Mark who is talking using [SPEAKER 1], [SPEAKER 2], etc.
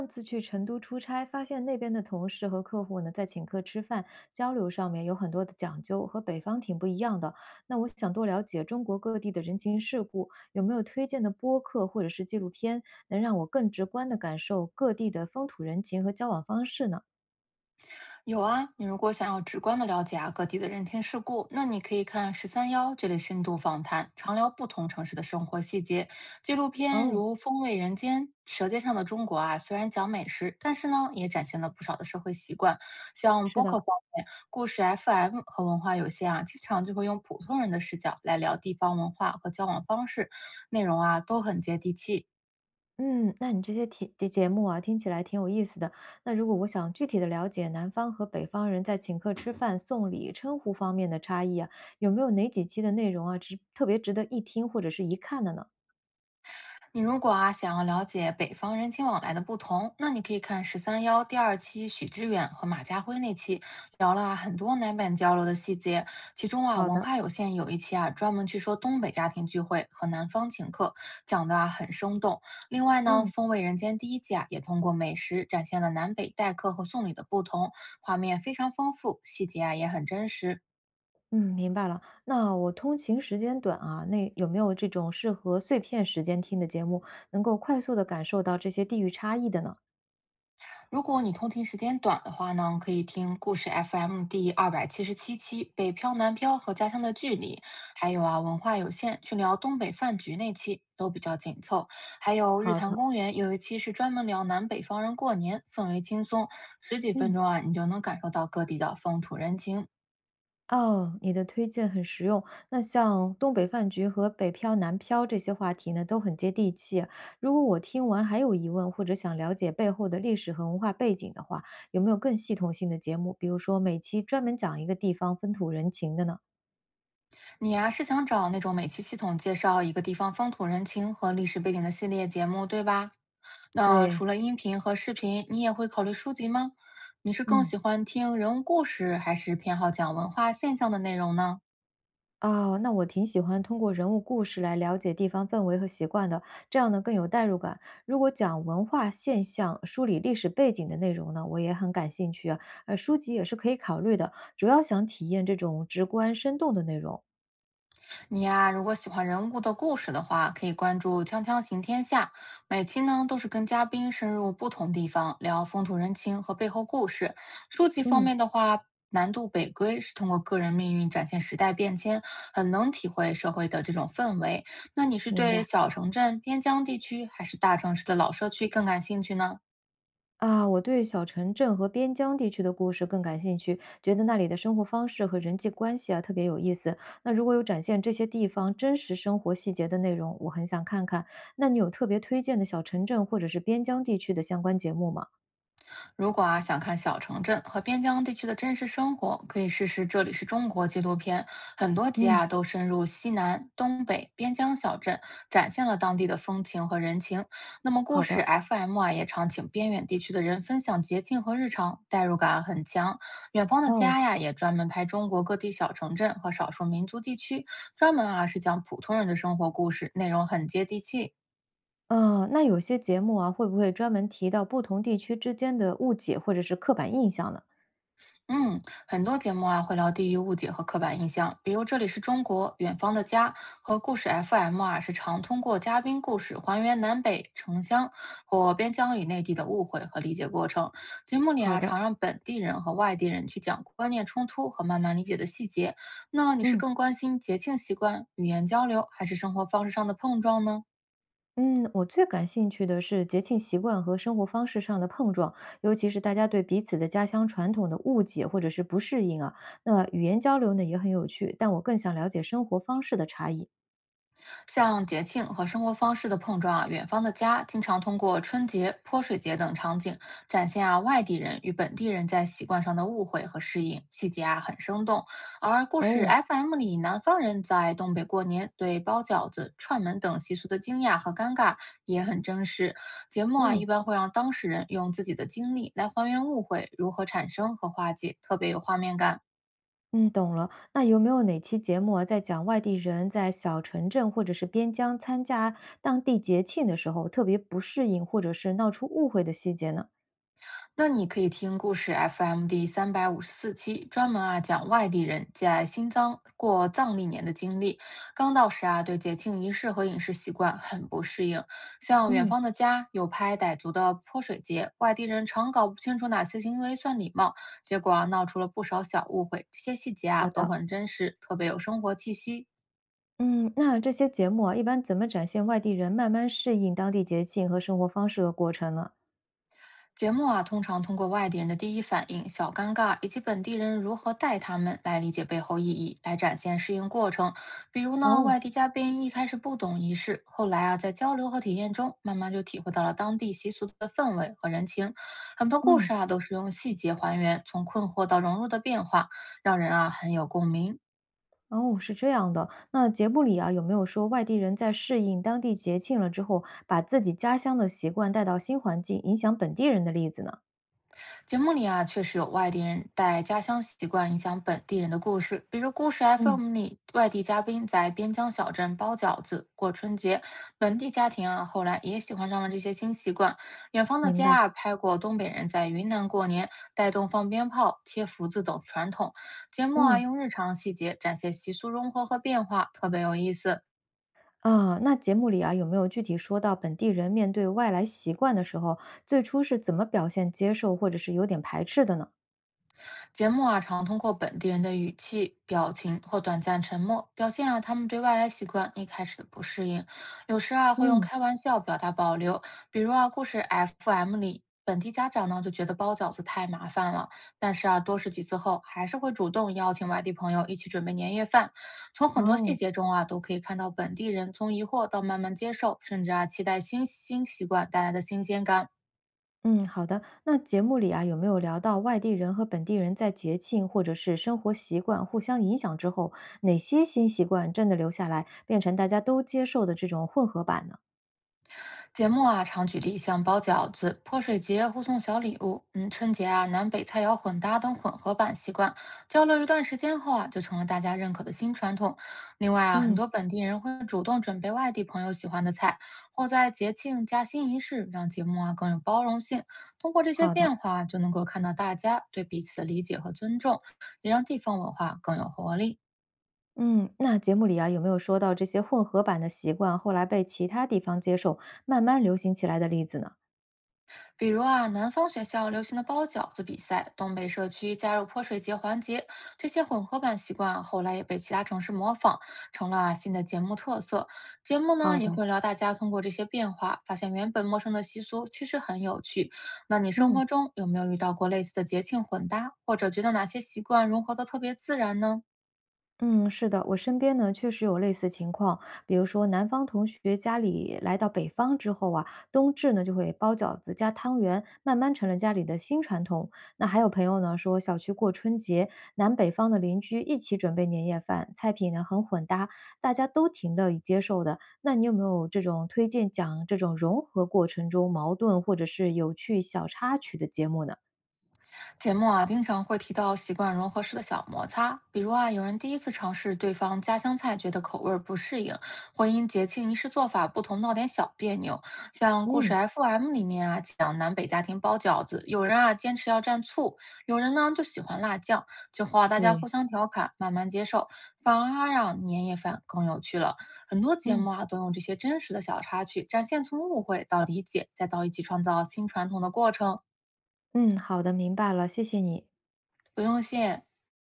[SPEAKER 1] 上次去成都出差，发现那边的同事和客户呢，在请客吃饭交流上面有很多的讲究，和北方挺不一样的。那我想多了解中国各地的人情世故，有没有推荐的播客或者是纪录片，能让我更直观的感受各地的风土人情和交往方式呢？
[SPEAKER 2] 有啊，你如果想要直观的了解啊各地的人情世故，那你可以看《十三幺》这类深度访谈，常聊不同城市的生活细节。纪录片
[SPEAKER 1] 哦，
[SPEAKER 2] 如《风味人间》《舌尖上的中国》啊，虽然讲美食，但是呢，也展现了不少的社会习惯。像
[SPEAKER 1] 是
[SPEAKER 2] 播客
[SPEAKER 1] 的，
[SPEAKER 2] 方面，故事 FM 和文化有限啊，经常就会用普通人的视角来聊地方文化和交往方式，内容啊都很接地气。
[SPEAKER 1] 嗯，那你这些题的节目啊，听起来挺有意思的。那如果我想具体的了解南方和北方人在请客吃饭、送礼、称呼方面的差异啊，有没有哪几期的内容啊，值特别值得一听或者是一看的呢？
[SPEAKER 2] 你如果啊想要了解北方人情往来的不同，那你可以看十三幺第二期许知远和马家辉那期，聊了啊很多南北交流的细节。其中啊
[SPEAKER 1] 好
[SPEAKER 2] 文
[SPEAKER 1] 的，
[SPEAKER 2] 化有限有一期啊专门去说东北家庭聚会和南方请客，讲的啊很生动。另外呢，
[SPEAKER 1] 嗯
[SPEAKER 2] 《风味人间》第一季啊也通过美食展现了南北待客和送礼的不同，画面非常丰富，细节啊也很真实。
[SPEAKER 1] 嗯，明白了。那我通勤时间短啊，那有没有这种适合碎片时间听的节目，能够快速的感受到这些地域差异的呢？
[SPEAKER 2] 如果你通勤时间短的话呢，可以听故事 FM 第277期《北漂南漂和家乡的距离》，还有啊文化有限去聊东北饭局那期都比较紧凑，还有日
[SPEAKER 1] 好
[SPEAKER 2] 坛
[SPEAKER 1] 的，
[SPEAKER 2] 公园有一期是专门聊南北方人过年，氛围轻松，十几分
[SPEAKER 1] 嗯。
[SPEAKER 2] 钟啊你就能感受到各地的风土人情。
[SPEAKER 1] 哦，你的推荐很实用。那像东北饭局和北漂、南漂这些话题呢，都很接地气。如果我听完还有疑问，或者想了解背后的历史和文化背景的话，有没有更系统性的节目？比如说每期专门讲一个地方风土人情的呢？
[SPEAKER 2] 你呀、是想找那种每期系统介绍一个地方风土人情和历史背景的系列节目，对吧？那
[SPEAKER 1] 对，
[SPEAKER 2] 除了音频和视频，你也会考虑书籍吗？你是更
[SPEAKER 1] 嗯。
[SPEAKER 2] 喜欢听人物故事，还是偏好讲文化现象的内容呢？
[SPEAKER 1] 哦，那我挺喜欢通过人物故事来了解地方氛围和习惯的，这样呢更有代入感。如果讲文化现象、梳理历史背景的内容呢，我也很感兴趣啊。书籍也是可以考虑的，主要想体验这种直观生动的内容。
[SPEAKER 2] 你呀、如果喜欢人物的故事的话，可以关注《锵锵行天下》，每期呢都是跟嘉宾深入不同地方聊风土人情和背后故事。书籍方
[SPEAKER 1] 嗯，
[SPEAKER 2] 面的话，《南渡北归》是通过个人命运展现时代变迁，很能体会社会的这种氛围。那你是
[SPEAKER 1] 明
[SPEAKER 2] 对
[SPEAKER 1] 白。
[SPEAKER 2] 小城镇、边疆地区，还是大城市的老社区更感兴趣呢？
[SPEAKER 1] 啊，我对小城镇和边疆地区的故事更感兴趣，觉得那里的生活方式和人际关系啊特别有意思。那如果有展现这些地方真实生活细节的内容，我很想看看。那你有特别推荐的小城镇或者是边疆地区的相关节目吗？
[SPEAKER 2] 如果啊想看小城镇和边疆地区的真实生活，可以试试《这里是中国》纪录片，很多集
[SPEAKER 1] 嗯，
[SPEAKER 2] 啊都深入西南、东北边疆小镇，展现了当地的风情和人情。那么故
[SPEAKER 1] 好
[SPEAKER 2] 事
[SPEAKER 1] 的。
[SPEAKER 2] FM 啊也常请边远地区的人分享捷径和日常，代入感很强。远方的
[SPEAKER 1] 哦，
[SPEAKER 2] 家呀也专门拍中国各地小城镇和少数民族地区，专门啊是讲普通人的生活故事，内容很接地气。
[SPEAKER 1] 那有些节目啊，会不会专门提到不同地区之间的误解或者是刻板印象呢？
[SPEAKER 2] 嗯，很多节目啊会聊地域误解和刻板印象，比如《这里是中国》《远方的家》和故事 FM 啊，是常通过嘉宾故事还原南北城乡或边疆与内地的误会和理解过程。节目里
[SPEAKER 1] 好
[SPEAKER 2] 啊，
[SPEAKER 1] 的，
[SPEAKER 2] 常让本地人和外地人去讲观念冲突和慢慢理解的细节。那你是
[SPEAKER 1] 嗯。
[SPEAKER 2] 更关心节庆习惯、语言交流，还是生活方式上的碰撞呢？
[SPEAKER 1] 嗯，我最感兴趣的是节庆习惯和生活方式上的碰撞，尤其是大家对彼此的家乡传统的误解或者是不适应啊。那么语言交流呢也很有趣，但我更想了解生活方式的差异。
[SPEAKER 2] 像节庆和生活方式的碰撞啊，远方的家经常通过春节、泼水节等场景，展现啊外地人与本地人在习惯上的误会和适应，细节啊很生动。而故事
[SPEAKER 1] 哦，
[SPEAKER 2] FM 里，南方人在东北过年对包饺子、串门等习俗的惊讶和尴尬也很真实。节目啊一
[SPEAKER 1] 嗯。
[SPEAKER 2] 般会让当事人用自己的经历来还原误会如何产生和化解，特别有画面感。
[SPEAKER 1] 嗯，懂了。那有没有哪期节目啊，在讲外地人在小城镇或者是边疆参加当地节庆的时候，特别不适应或者是闹出误会的细节呢？
[SPEAKER 2] 那你可以听故事 FM 第354期，专门啊讲外地人在新疆过藏历年的经历。刚到时啊，对节庆仪式和饮食习惯很不适应。像远
[SPEAKER 1] 嗯，
[SPEAKER 2] 方的家有拍傣族的泼水节，外地人常搞不清楚哪些行为算礼貌，结果啊闹出了不少小误会。这些细节
[SPEAKER 1] 好
[SPEAKER 2] 啊都
[SPEAKER 1] 的。
[SPEAKER 2] 很真实，特别有生活气息。
[SPEAKER 1] 嗯，那这些节目啊，一般怎么展现外地人慢慢适应当地节庆和生活方式的过程呢？
[SPEAKER 2] 节目啊，通常通过外地人的第一反应、小尴尬以及本地人如何带他们来理解背后意义，来展现适应过程。比如呢，
[SPEAKER 1] 哦，
[SPEAKER 2] 外地嘉宾一开始不懂仪式，后来啊，在交流和体验中，慢慢就体会到了当地习俗的氛围和人情。很多故
[SPEAKER 1] 嗯，
[SPEAKER 2] 事啊，都是用细节还原从困惑到融入的变化，让人啊很有共鸣。
[SPEAKER 1] 哦，是这样的。那节目里啊，有没有说外地人在适应当地节庆了之后，把自己家乡的习惯带到新环境，影响本地人的例子呢？
[SPEAKER 2] 节目里啊，确实有外地人带家乡习惯影响本地人的故事，比如故事
[SPEAKER 1] 嗯，
[SPEAKER 2] FM 里外地嘉宾在边疆小镇包饺子过春节，本地家庭啊后来也喜欢上了这些新习惯。远方的
[SPEAKER 1] 明白。
[SPEAKER 2] 家啊拍过东北人在云南过年，带动放鞭炮、贴福字等传统。节目啊
[SPEAKER 1] 嗯，
[SPEAKER 2] 用日常细节展现习俗融合和变化，特别有意思。
[SPEAKER 1] 啊，那节目里啊，有没有具体说到本地人面对外来习惯的时候，最初是怎么表现接受或者是有点排斥的呢？
[SPEAKER 2] 节目啊，常通过本地人的语气、表情或短暂沉默，表现啊他们对外来习惯一开始的不适应。有时啊，会用
[SPEAKER 1] 嗯，
[SPEAKER 2] 开玩笑表达保留，比如啊，故事 FM 里，本地家长呢就觉得包饺子太麻烦了，但是啊，多试几次后，还是会主动邀请外地朋友一起准备年夜饭。从很多细
[SPEAKER 1] 哦。
[SPEAKER 2] 节中啊，都可以看到本地人从疑惑到慢慢接受，甚至啊，期待新习惯带来的新鲜感。
[SPEAKER 1] 嗯，好的。那节目里啊，有没有聊到外地人和本地人在节庆或者是生活习惯互相影响之后，哪些新习惯真的留下来，变成大家都接受的这种混合版呢？
[SPEAKER 2] 节目啊，常举例像包饺子、泼水节、互送小礼物，嗯，春节啊，南北菜肴混搭等混合版习惯，交流一段时间后啊，就成了大家认可的新传统。另外啊，很
[SPEAKER 1] 嗯，
[SPEAKER 2] 多本地人会主动准备外地朋友喜欢的菜，或在节庆加新仪式，让节目啊更有包容性。通过这些
[SPEAKER 1] 好的。
[SPEAKER 2] 变化，就能够看到大家对彼此的理解和尊重，也让地方文化更有活力。
[SPEAKER 1] 嗯，那节目里啊，有没有说到这些混合版的习惯后来被其他地方接受，慢慢流行起来的例子呢？
[SPEAKER 2] 比如啊，南方学校流行的包饺子比赛，东北社区加入泼水节环节，这些混合版习惯啊后来也被其他城市模仿，成了啊新的节目特色。节目呢
[SPEAKER 1] 好
[SPEAKER 2] 也
[SPEAKER 1] 的，
[SPEAKER 2] 会聊大家通过这些变化，发现原本陌生的习俗其实很有趣。那你生
[SPEAKER 1] 嗯。
[SPEAKER 2] 活中有没有遇到过类似的节庆混搭，或者觉得哪些习惯融合的特别自然呢？
[SPEAKER 1] 嗯，是的，我身边呢确实有类似情况，比如说南方同学家里来到北方之后啊，冬至呢就会包饺子加汤圆，慢慢成了家里的新传统。那还有朋友呢说，小区过春节，南北方的邻居一起准备年夜饭，菜品呢很混搭，大家都挺乐意接受的。那你有没有这种推荐讲这种融合过程中矛盾或者是有趣小插曲的节目呢？
[SPEAKER 2] 节目啊，经常会提到习惯融合式的小摩擦，比如啊，有人第一次尝试对方家乡菜，觉得口味儿不适应，婚姻节庆仪式做法不同，闹点小别扭。像故事
[SPEAKER 1] 嗯，
[SPEAKER 2] FM 里面啊，讲南北家庭包饺子，有人啊坚持要蘸醋，有人呢就喜欢辣酱。最后啊，大家
[SPEAKER 1] 对。
[SPEAKER 2] 互相调侃，慢慢接受，反而啊让年夜饭更有趣了。很多节
[SPEAKER 1] 嗯
[SPEAKER 2] 目啊都用这些真实的小插曲，展现从误会到理解，再到一起创造新传统的过程。
[SPEAKER 1] 嗯，好的，明白了，谢谢你。
[SPEAKER 2] 不用谢。